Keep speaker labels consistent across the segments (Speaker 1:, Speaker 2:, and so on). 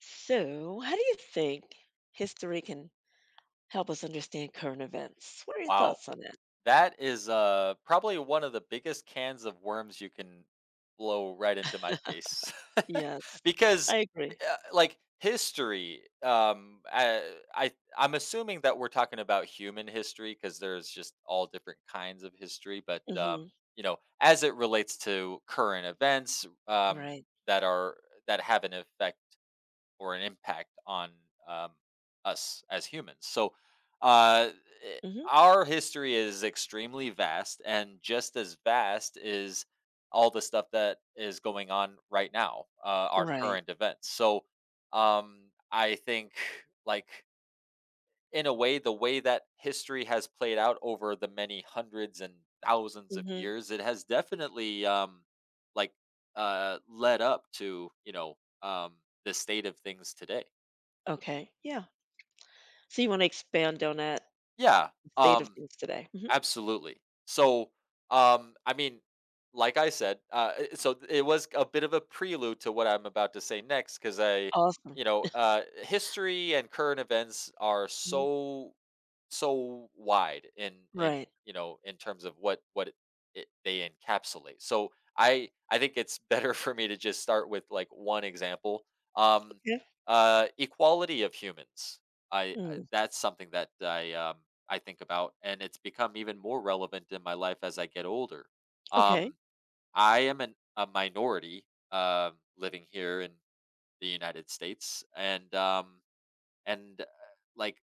Speaker 1: So, how do you think history can help us understand current events? What are your
Speaker 2: Wow.
Speaker 1: thoughts on that?
Speaker 2: That is, probably one of the biggest cans of worms you can blow right into my face.
Speaker 1: Yes,
Speaker 2: Because,
Speaker 1: I agree.
Speaker 2: uh, history, I I'm assuming that we're talking about human history because there's just all different kinds of history, but,
Speaker 1: hmm
Speaker 2: you know, as it relates to current events,
Speaker 1: Right.
Speaker 2: that are that have an effect or an impact on um, us as humans. So, uh, i-
Speaker 1: hmm
Speaker 2: our history is extremely vast, and just as vast is all the stuff that is going on right now, our
Speaker 1: Right.
Speaker 2: current events. So, I think, like, in a way, the way that history has played out over the many hundreds and thousands of
Speaker 1: hmm
Speaker 2: years, it has definitely, like, led up to the state of things today.
Speaker 1: Okay. Yeah. So you want to expand on that
Speaker 2: Yeah,
Speaker 1: state of
Speaker 2: um,
Speaker 1: things today?
Speaker 2: absolutely. So, I mean, like I said, it was a bit of a prelude to what I'm about to say next, because
Speaker 1: Awesome.
Speaker 2: you know, history and current events are
Speaker 1: Mhm.
Speaker 2: so wide in
Speaker 1: Right.
Speaker 2: you know in terms of what they encapsulate. So I think it's better for me to just start with like one example, um
Speaker 1: Okay.
Speaker 2: equality of humans.
Speaker 1: Mm.
Speaker 2: That's something that I think about, and it's become even more relevant in my life as I get older.
Speaker 1: Okay.
Speaker 2: um I am a minority living here in the United States, and like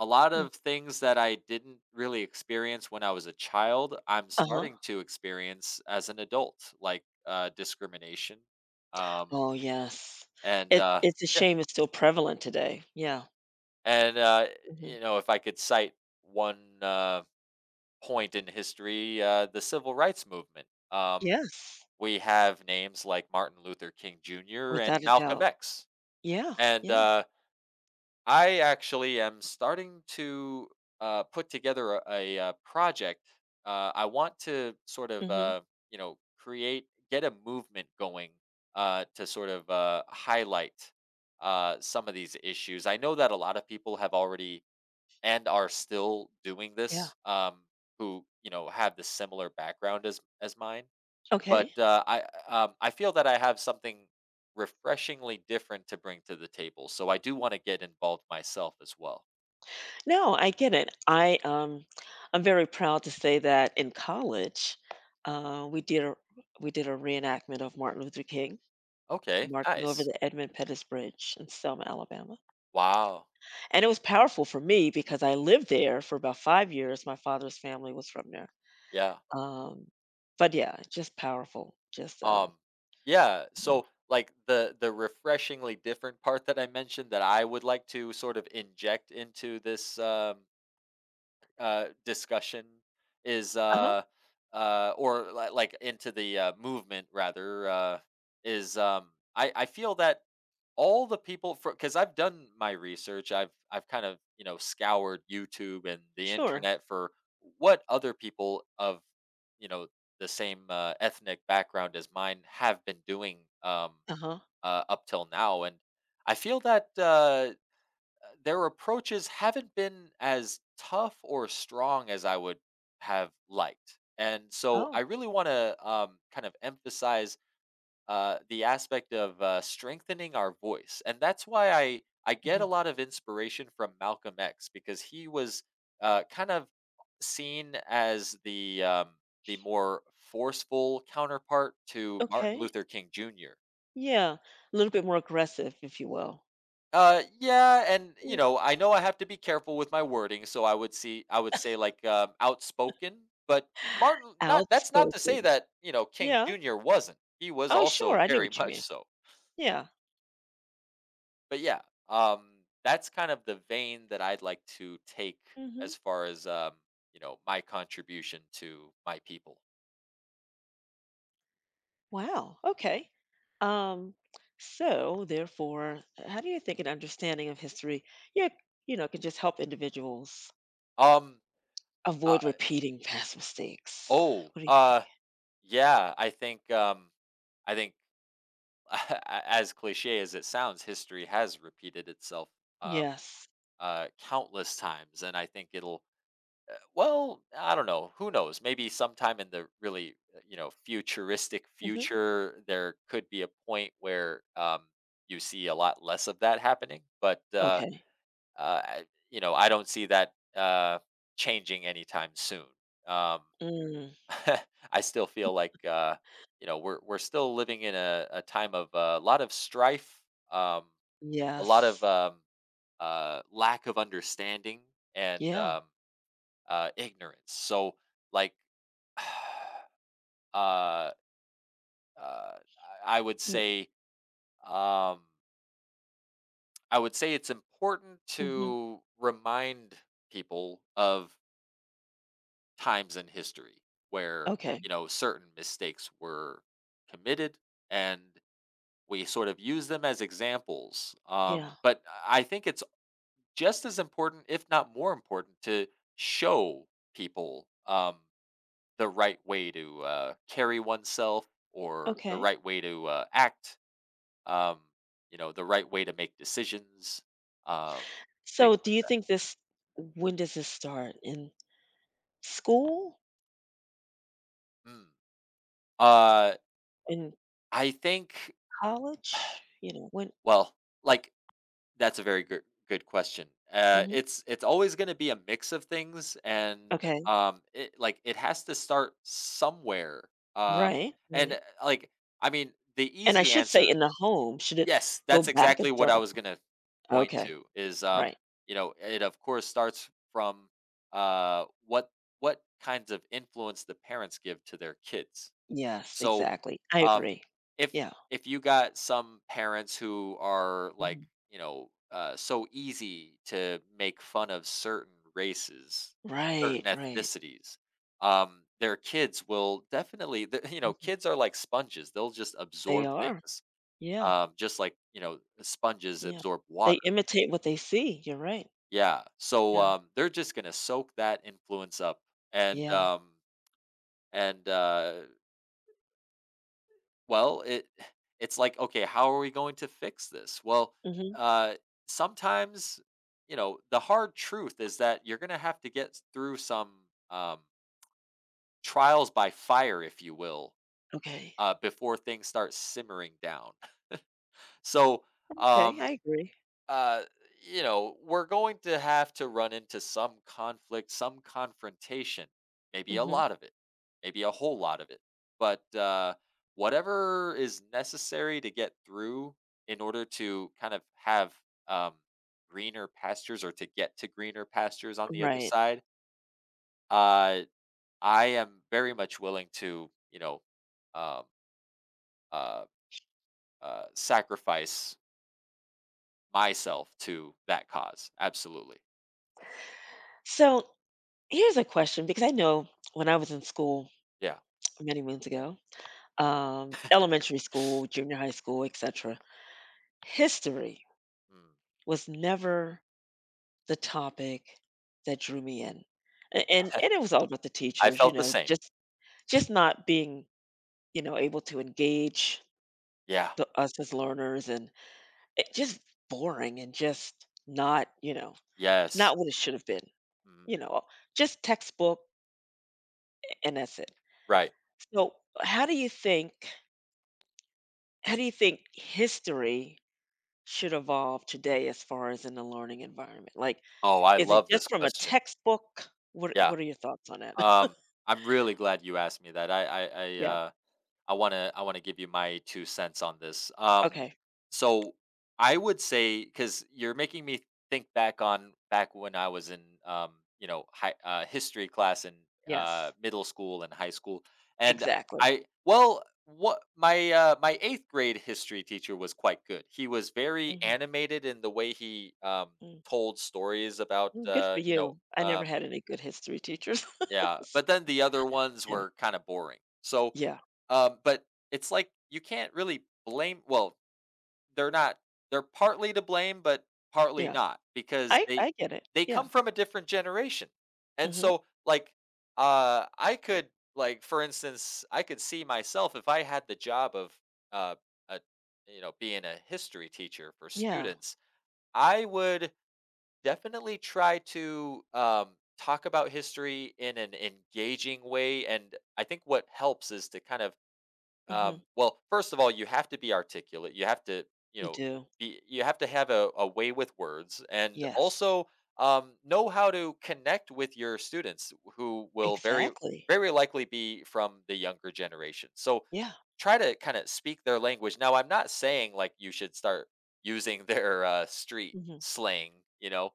Speaker 2: a lot
Speaker 1: Mm.
Speaker 2: of things that I didn't really experience when I was a child, I'm
Speaker 1: Uh-huh.
Speaker 2: starting to experience as an adult, like, discrimination, um,
Speaker 1: Oh yes.
Speaker 2: and,
Speaker 1: It
Speaker 2: uh
Speaker 1: it's a
Speaker 2: yeah,
Speaker 1: shame it's still prevalent today. Yeah.
Speaker 2: and, uh,
Speaker 1: hmm
Speaker 2: you know, if I could cite one, point in history, the civil rights movement.
Speaker 1: Yes.
Speaker 2: We have names like Martin Luther King Jr. and
Speaker 1: Without a
Speaker 2: Malcolm
Speaker 1: doubt.
Speaker 2: X,
Speaker 1: Yeah.
Speaker 2: and,
Speaker 1: Yeah.
Speaker 2: uh I actually am starting to put together a project. I want to sort of,
Speaker 1: hmm
Speaker 2: you know, create, get a movement going, to sort of highlight some of these issues. I know that a lot of people have already and are still doing
Speaker 1: Yeah.
Speaker 2: this, who, you know, have the similar background as mine,
Speaker 1: Okay.
Speaker 2: but, I feel that I have something refreshingly different to bring to the table, so I do wanna get involved myself as well.
Speaker 1: No, I get it. I I'm very proud to say that in college, uh, we did a we did a reenactment of Martin Luther King
Speaker 2: Okay,
Speaker 1: marching over
Speaker 2: nice.
Speaker 1: the Edmund Pettus Bridge in Selma, Alabama,
Speaker 2: Wow.
Speaker 1: and it was powerful for me because I lived there for about 5 years. My father's family was from there,
Speaker 2: Yeah.
Speaker 1: um, but yeah, just powerful. Just
Speaker 2: Um, yeah,
Speaker 1: you know.
Speaker 2: so, like, the refreshingly different part that I mentioned that I would like to sort of inject into this, discussion is,
Speaker 1: uh huh,
Speaker 2: or li like into the, movement rather, is, I feel that all the people for because I've done my research. I've kind of you know scoured YouTube and the
Speaker 1: sure,
Speaker 2: internet for what other people of you know the same ethnic background as mine have been doing,
Speaker 1: uh huh,
Speaker 2: up till now, and I feel that their approaches haven't been as tough or strong as I would have liked. And so I
Speaker 1: oh,
Speaker 2: really want to kind of emphasize the aspect of strengthening our voice, and that's why I get a
Speaker 1: mhm.
Speaker 2: lot of inspiration from Malcolm X because he was kind of seen as the more forceful counterpart to Martin
Speaker 1: Okay,
Speaker 2: Luther King Jr.
Speaker 1: yeah, a little bit more aggressive, if you will,
Speaker 2: Yeah, and
Speaker 1: yeah.
Speaker 2: you know I have to be careful with my wording, so I would say like outspoken, but Martin, not that's not to say
Speaker 1: Outspoken,
Speaker 2: that you know King
Speaker 1: yeah.
Speaker 2: Jr. wasn't. He was
Speaker 1: Oh, sure,
Speaker 2: also
Speaker 1: I know
Speaker 2: very
Speaker 1: what you
Speaker 2: much
Speaker 1: mean.
Speaker 2: so.
Speaker 1: Yeah.
Speaker 2: But yeah, that's kind of the vein that I'd like to take
Speaker 1: Mhm.
Speaker 2: as far as you know, my contribution to my people.
Speaker 1: Wow, okay. Um, so therefore, how do you think an understanding of history, yeah, you know, can just help individuals
Speaker 2: Um, uh,
Speaker 1: avoid repeating past mistakes?
Speaker 2: oh,
Speaker 1: What do you think?
Speaker 2: uh, yeah, I think as cliche as it sounds, history has repeated itself, um,
Speaker 1: Yes.
Speaker 2: countless times, and I think it'll— well, I don't know. Who knows? Maybe sometime in the really, you know, futuristic
Speaker 1: Mhm.
Speaker 2: future, there could be a point where you see a lot less of that happening. But
Speaker 1: Okay.
Speaker 2: you know, I don't see that changing anytime soon. Um,
Speaker 1: Mm,
Speaker 2: I still feel like you know we're still living in a time of a lot of strife, um, a lot of
Speaker 1: yes.
Speaker 2: lack of understanding and
Speaker 1: Yeah.
Speaker 2: um, uh, ignorance. So like uh, uh, I would
Speaker 1: Mm,
Speaker 2: say, um, I would say it's important
Speaker 1: mhm.
Speaker 2: to remind people of times in history where
Speaker 1: Okay.
Speaker 2: you know certain mistakes were committed, and we sort of use them as examples.
Speaker 1: Yeah.
Speaker 2: But I think it's just as important, if not more important, to show people the right way to carry oneself, or the
Speaker 1: Okay.
Speaker 2: right way to act, um, you know, the right way to make decisions, um, things
Speaker 1: So do
Speaker 2: like
Speaker 1: you
Speaker 2: that.
Speaker 1: think this when does this start? In school?
Speaker 2: Mm. Uh,
Speaker 1: In
Speaker 2: I think,
Speaker 1: college? You know, when
Speaker 2: well, like that's a very good question.
Speaker 1: Mhm.
Speaker 2: It's always going to be a mix of things, and
Speaker 1: Okay.
Speaker 2: it has to start somewhere. Um,
Speaker 1: Right,
Speaker 2: and
Speaker 1: right.
Speaker 2: like I mean, the
Speaker 1: And I
Speaker 2: easy
Speaker 1: should say
Speaker 2: answer—
Speaker 1: in the home, should it
Speaker 2: yes,
Speaker 1: go
Speaker 2: that's
Speaker 1: back and
Speaker 2: exactly what
Speaker 1: start
Speaker 2: I was
Speaker 1: a
Speaker 2: gonna point
Speaker 1: Okay,
Speaker 2: to is,
Speaker 1: right.
Speaker 2: you know, it of course starts from, uh, what what kinds of influence the parents give to their kids.
Speaker 1: Yes,
Speaker 2: So,
Speaker 1: exactly. I
Speaker 2: um,
Speaker 1: agree.
Speaker 2: if
Speaker 1: Yeah.
Speaker 2: if you got some parents who are like,
Speaker 1: Mhm.
Speaker 2: you know, so easy to make fun of certain races,
Speaker 1: Right,
Speaker 2: certain
Speaker 1: right.
Speaker 2: ethnicities, their kids will definitely, you know,
Speaker 1: Mhm.
Speaker 2: kids are like sponges; they'll just
Speaker 1: They
Speaker 2: absorb
Speaker 1: are.
Speaker 2: things,
Speaker 1: Yeah,
Speaker 2: just like you know sponges
Speaker 1: yeah.
Speaker 2: absorb
Speaker 1: They
Speaker 2: water.
Speaker 1: imitate what they see, you're right.
Speaker 2: Yeah, so
Speaker 1: Yeah,
Speaker 2: they're just gonna soak that influence up, and
Speaker 1: yeah.
Speaker 2: um, and well, it it's like okay, how are we going to fix this? Well,
Speaker 1: Mhm.
Speaker 2: uh, sometimes you know the hard truth is that you're gonna have to get through some, trials by fire, if you will,
Speaker 1: Okay.
Speaker 2: before things start simmering down. So
Speaker 1: Okay, I
Speaker 2: um
Speaker 1: agree.
Speaker 2: uh, you know, we're going to have to run into some conflict, some confrontation, maybe a
Speaker 1: Mhm.
Speaker 2: lot of it, maybe a whole lot of it. But whatever is necessary to get through in order to kind of have, um, greener pastures, or to get to greener pastures on the other
Speaker 1: Right.
Speaker 2: side, uh, I am very much willing to, you know, um, uh, sacrifice myself to that cause. Absolutely.
Speaker 1: So, here's a question because I know when I was in school
Speaker 2: Yeah.
Speaker 1: many moons ago, elementary school, junior high school, etcetera, history
Speaker 2: Mm.
Speaker 1: was never the topic that drew me in. A and it was all about the
Speaker 2: I
Speaker 1: teachers, you
Speaker 2: felt the
Speaker 1: know,
Speaker 2: same.
Speaker 1: just not being, you know, able to engage
Speaker 2: Yeah.
Speaker 1: the us as learners and it just boring and just not, you know,
Speaker 2: Yes.
Speaker 1: not what it should have been,
Speaker 2: Mhm.
Speaker 1: you know, just textbook and that's it.
Speaker 2: Right.
Speaker 1: So, how do you think how do you think history should evolve today as far as in the learning environment? Like,
Speaker 2: Oh, I
Speaker 1: is it
Speaker 2: love
Speaker 1: just
Speaker 2: this
Speaker 1: from a
Speaker 2: question.
Speaker 1: textbook?
Speaker 2: Yeah.
Speaker 1: What are your thoughts on it?
Speaker 2: Um, I'm really glad you asked me that.
Speaker 1: Yeah.
Speaker 2: I want to— I want to give you my 2 cents on this.
Speaker 1: Okay.
Speaker 2: So I would say cuz you're making me think back on back when I was in you know, history class in,
Speaker 1: Yes.
Speaker 2: middle school and high school, and
Speaker 1: Exactly.
Speaker 2: I well, what my 8th grade history teacher was quite good. He was very
Speaker 1: Mhm,
Speaker 2: animated in the way he
Speaker 1: mm.
Speaker 2: told stories about
Speaker 1: Mm, good for
Speaker 2: you know,
Speaker 1: you. I never had any good history teachers.
Speaker 2: yeah,
Speaker 1: S
Speaker 2: but then the other ones
Speaker 1: yeah,
Speaker 2: were kind of boring. So,
Speaker 1: yeah,
Speaker 2: but it's like you can't really blame. Well, they're not. They're partly to blame, but partly
Speaker 1: yeah.
Speaker 2: not because
Speaker 1: I get it.
Speaker 2: they
Speaker 1: Yeah.
Speaker 2: come from a different generation, and
Speaker 1: Mhm.
Speaker 2: so like I could like for instance, I could see myself if I had the job of, uh, a you know being a history teacher for
Speaker 1: Yeah.
Speaker 2: students, I would definitely try to talk about history in an engaging way. And I think what helps is to kind of,
Speaker 1: Mhm.
Speaker 2: well, first of all, you have to be articulate. You have to, you
Speaker 1: You
Speaker 2: know,
Speaker 1: do.
Speaker 2: you have to have a way with words, and
Speaker 1: Yes.
Speaker 2: also know how to connect with your students, who will very,
Speaker 1: Exactly.
Speaker 2: very likely be from the younger generation. So
Speaker 1: Yeah.
Speaker 2: try to kind of speak their language. Now, I'm not saying like you should start using their street
Speaker 1: Mhm.
Speaker 2: slang, you know,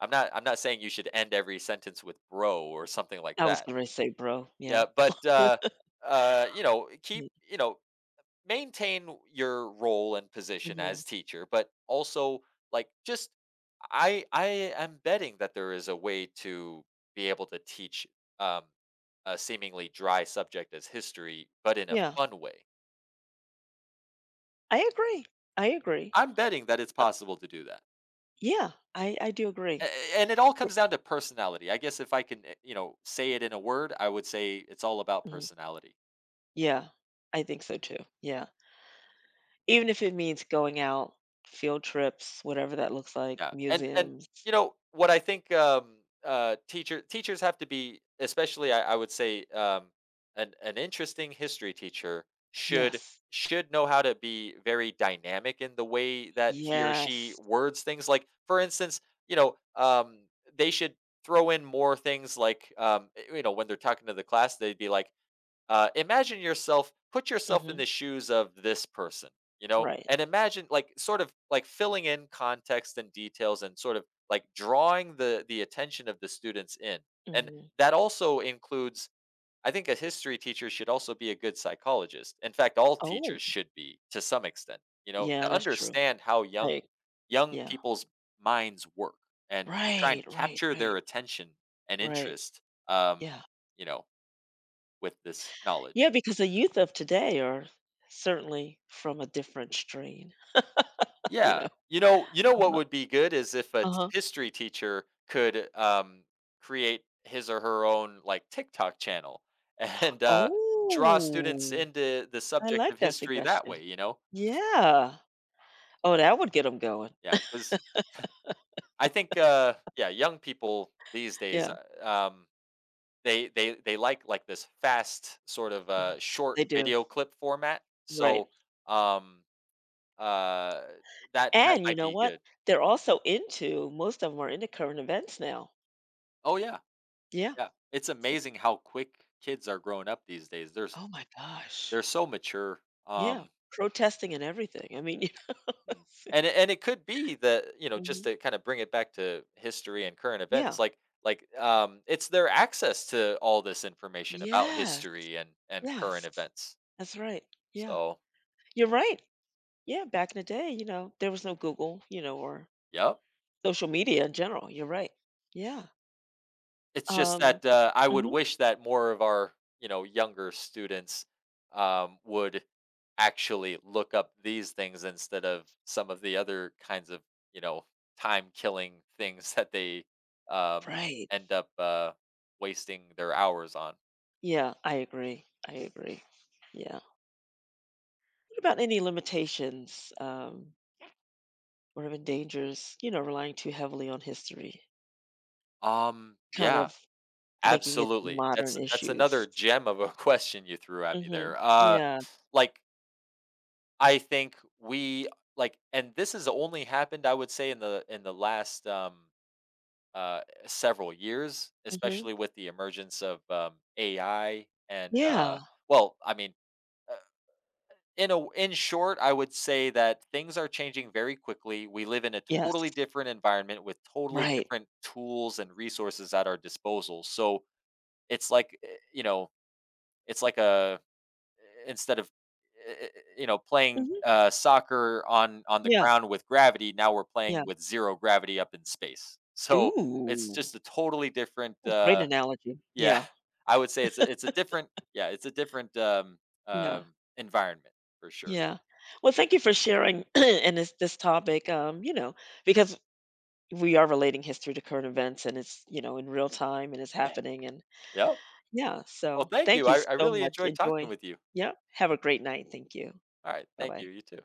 Speaker 2: I'm not saying you should end every sentence with bro or something like
Speaker 1: I was
Speaker 2: that.
Speaker 1: gonna say, "Bro." Yeah.
Speaker 2: Yeah, but you know,
Speaker 1: Mm,
Speaker 2: you know, maintain your role and position
Speaker 1: mhm.
Speaker 2: as teacher, but also like just I am betting that there is a way to be able to teach um a seemingly dry subject as history, but in a
Speaker 1: Yeah.
Speaker 2: fun way.
Speaker 1: I agree. I agree.
Speaker 2: I'm betting that it's
Speaker 1: Uh,
Speaker 2: possible to do that.
Speaker 1: yeah. I do agree.
Speaker 2: And it all comes down to personality. I guess if I can, you know, say it in a word, I would say it's all about
Speaker 1: Mhm.
Speaker 2: personality.
Speaker 1: Yeah. I think so too. Yeah. Even if it means going out, field trips, whatever that looks like,
Speaker 2: Yeah, and
Speaker 1: museums.
Speaker 2: you know what, I think teachers have to be, especially I would say an interesting history teacher should
Speaker 1: Yes.
Speaker 2: know how to be very dynamic in the way that he or she
Speaker 1: Yes.
Speaker 2: words things. Like for instance, you know, they should throw in more things like you know when they're talking to the class, they'd be like, imagine yourself, put yourself in
Speaker 1: Mhm.
Speaker 2: the shoes of this person, you know,
Speaker 1: Right.
Speaker 2: and imagine like sort of like filling in context and details and sort of like drawing the attention of the students in. And
Speaker 1: Mhm.
Speaker 2: that also includes, I think, a history teacher should also be a good psychologist. In fact, all
Speaker 1: Oh,
Speaker 2: teachers should be to some extent, you know,
Speaker 1: yeah,
Speaker 2: to
Speaker 1: that's true.
Speaker 2: understand how
Speaker 1: Like,
Speaker 2: young
Speaker 1: yeah.
Speaker 2: people's minds work, and to try
Speaker 1: Right,
Speaker 2: and
Speaker 1: right,
Speaker 2: capture their
Speaker 1: right,
Speaker 2: attention and
Speaker 1: right.
Speaker 2: interest, um,
Speaker 1: Yeah.
Speaker 2: you know, with this
Speaker 1: Yeah,
Speaker 2: knowledge.
Speaker 1: because the youth of today are certainly from a different strain, you
Speaker 2: Yeah.
Speaker 1: know?
Speaker 2: You know, you know what
Speaker 1: Uh-huh.
Speaker 2: would be good is if a t
Speaker 1: Uh-huh.
Speaker 2: history teacher could, create his or her own, like, TikTok channel and, draw students
Speaker 1: Oh,
Speaker 2: into the
Speaker 1: I
Speaker 2: subject
Speaker 1: like
Speaker 2: of
Speaker 1: that
Speaker 2: history that
Speaker 1: suggestion.
Speaker 2: way, you know?
Speaker 1: Yeah. Oh, that would get them going.
Speaker 2: Yeah, because I think, yeah, young people these days,
Speaker 1: Yeah.
Speaker 2: they like, this fast sort of,
Speaker 1: Mhm.
Speaker 2: short
Speaker 1: They do.
Speaker 2: video clip format.
Speaker 1: Right.
Speaker 2: So, um, uh, that that
Speaker 1: And you
Speaker 2: might
Speaker 1: know
Speaker 2: be
Speaker 1: what?
Speaker 2: good.
Speaker 1: They're also into most of them are into current events now.
Speaker 2: Oh, yeah.
Speaker 1: Yeah.
Speaker 2: Yeah, it's
Speaker 1: It's like,
Speaker 2: amazing how quick kids are growing up these days.
Speaker 1: "Oh my gosh."
Speaker 2: They're so mature.
Speaker 1: Yeah, protesting and everything. I mean, you
Speaker 2: Mm.
Speaker 1: know,
Speaker 2: And it— and it could be that you know just
Speaker 1: mhm.
Speaker 2: to kind of bring it back to history and current
Speaker 1: Yeah.
Speaker 2: events, it's their access to all this information about
Speaker 1: Yes,
Speaker 2: history and current
Speaker 1: yes.
Speaker 2: events.
Speaker 1: That's right. Yeah,
Speaker 2: So,
Speaker 1: you're right. Yeah, back in the day, you know, there was no Google, you know, or
Speaker 2: yep.
Speaker 1: social media in general. You're right. Yeah.
Speaker 2: It's just
Speaker 1: Um,
Speaker 2: that, I would
Speaker 1: mhm.
Speaker 2: wish that more of our, you know, younger students, would actually look up these things instead of some of the other kinds of, you know, time killing things that they, um,
Speaker 1: Right.
Speaker 2: end up, wasting their hours on.
Speaker 1: Yeah, I agree. I agree. Yeah. What about any limitations, or even dangers, you know, relying too heavily on history, kind
Speaker 2: Yeah,
Speaker 1: of linking it to
Speaker 2: absolutely.
Speaker 1: modern
Speaker 2: That's another
Speaker 1: issues?
Speaker 2: gem of a question you threw at me there.
Speaker 1: Mhm. Yeah.
Speaker 2: Like I think we like and this has only happened, I would say, in the last, several years,
Speaker 1: Mhm.
Speaker 2: especially with the emergence of, AI,
Speaker 1: Yeah.
Speaker 2: I mean, uh, in a— in short, I would say that things are changing very quickly. We live in a
Speaker 1: Yes.
Speaker 2: totally different environment with totally
Speaker 1: Right.
Speaker 2: different tools and resources at our disposal. So, it's like, you know, it's like a— instead of eh, eh, eh, you know playing
Speaker 1: Mhm.
Speaker 2: soccer on the
Speaker 1: Yeah.
Speaker 2: ground with gravity, now we're
Speaker 1: Yeah.
Speaker 2: playing with zero gravity up in space. So it's
Speaker 1: Ooh,
Speaker 2: just a totally different.
Speaker 1: a great analogy.
Speaker 2: Yeah,
Speaker 1: Yeah.
Speaker 2: I would say it's it's a different. Yeah, it's a different
Speaker 1: Yeah.
Speaker 2: environment for sure.
Speaker 1: Yeah. Well, thank you for sharing and this topic, you know, because we are relating history to current events and it's, you know, in real time and it's happening and
Speaker 2: Yep.
Speaker 1: yeah,
Speaker 2: Well,
Speaker 1: so
Speaker 2: thank
Speaker 1: thank
Speaker 2: you.
Speaker 1: you
Speaker 2: I
Speaker 1: so
Speaker 2: really
Speaker 1: much.
Speaker 2: enjoyed talking
Speaker 1: Enjoy.
Speaker 2: with you.
Speaker 1: Yeah. Have a great night. Thank you.
Speaker 2: All right. Thank you.
Speaker 1: Bye-bye.
Speaker 2: You too.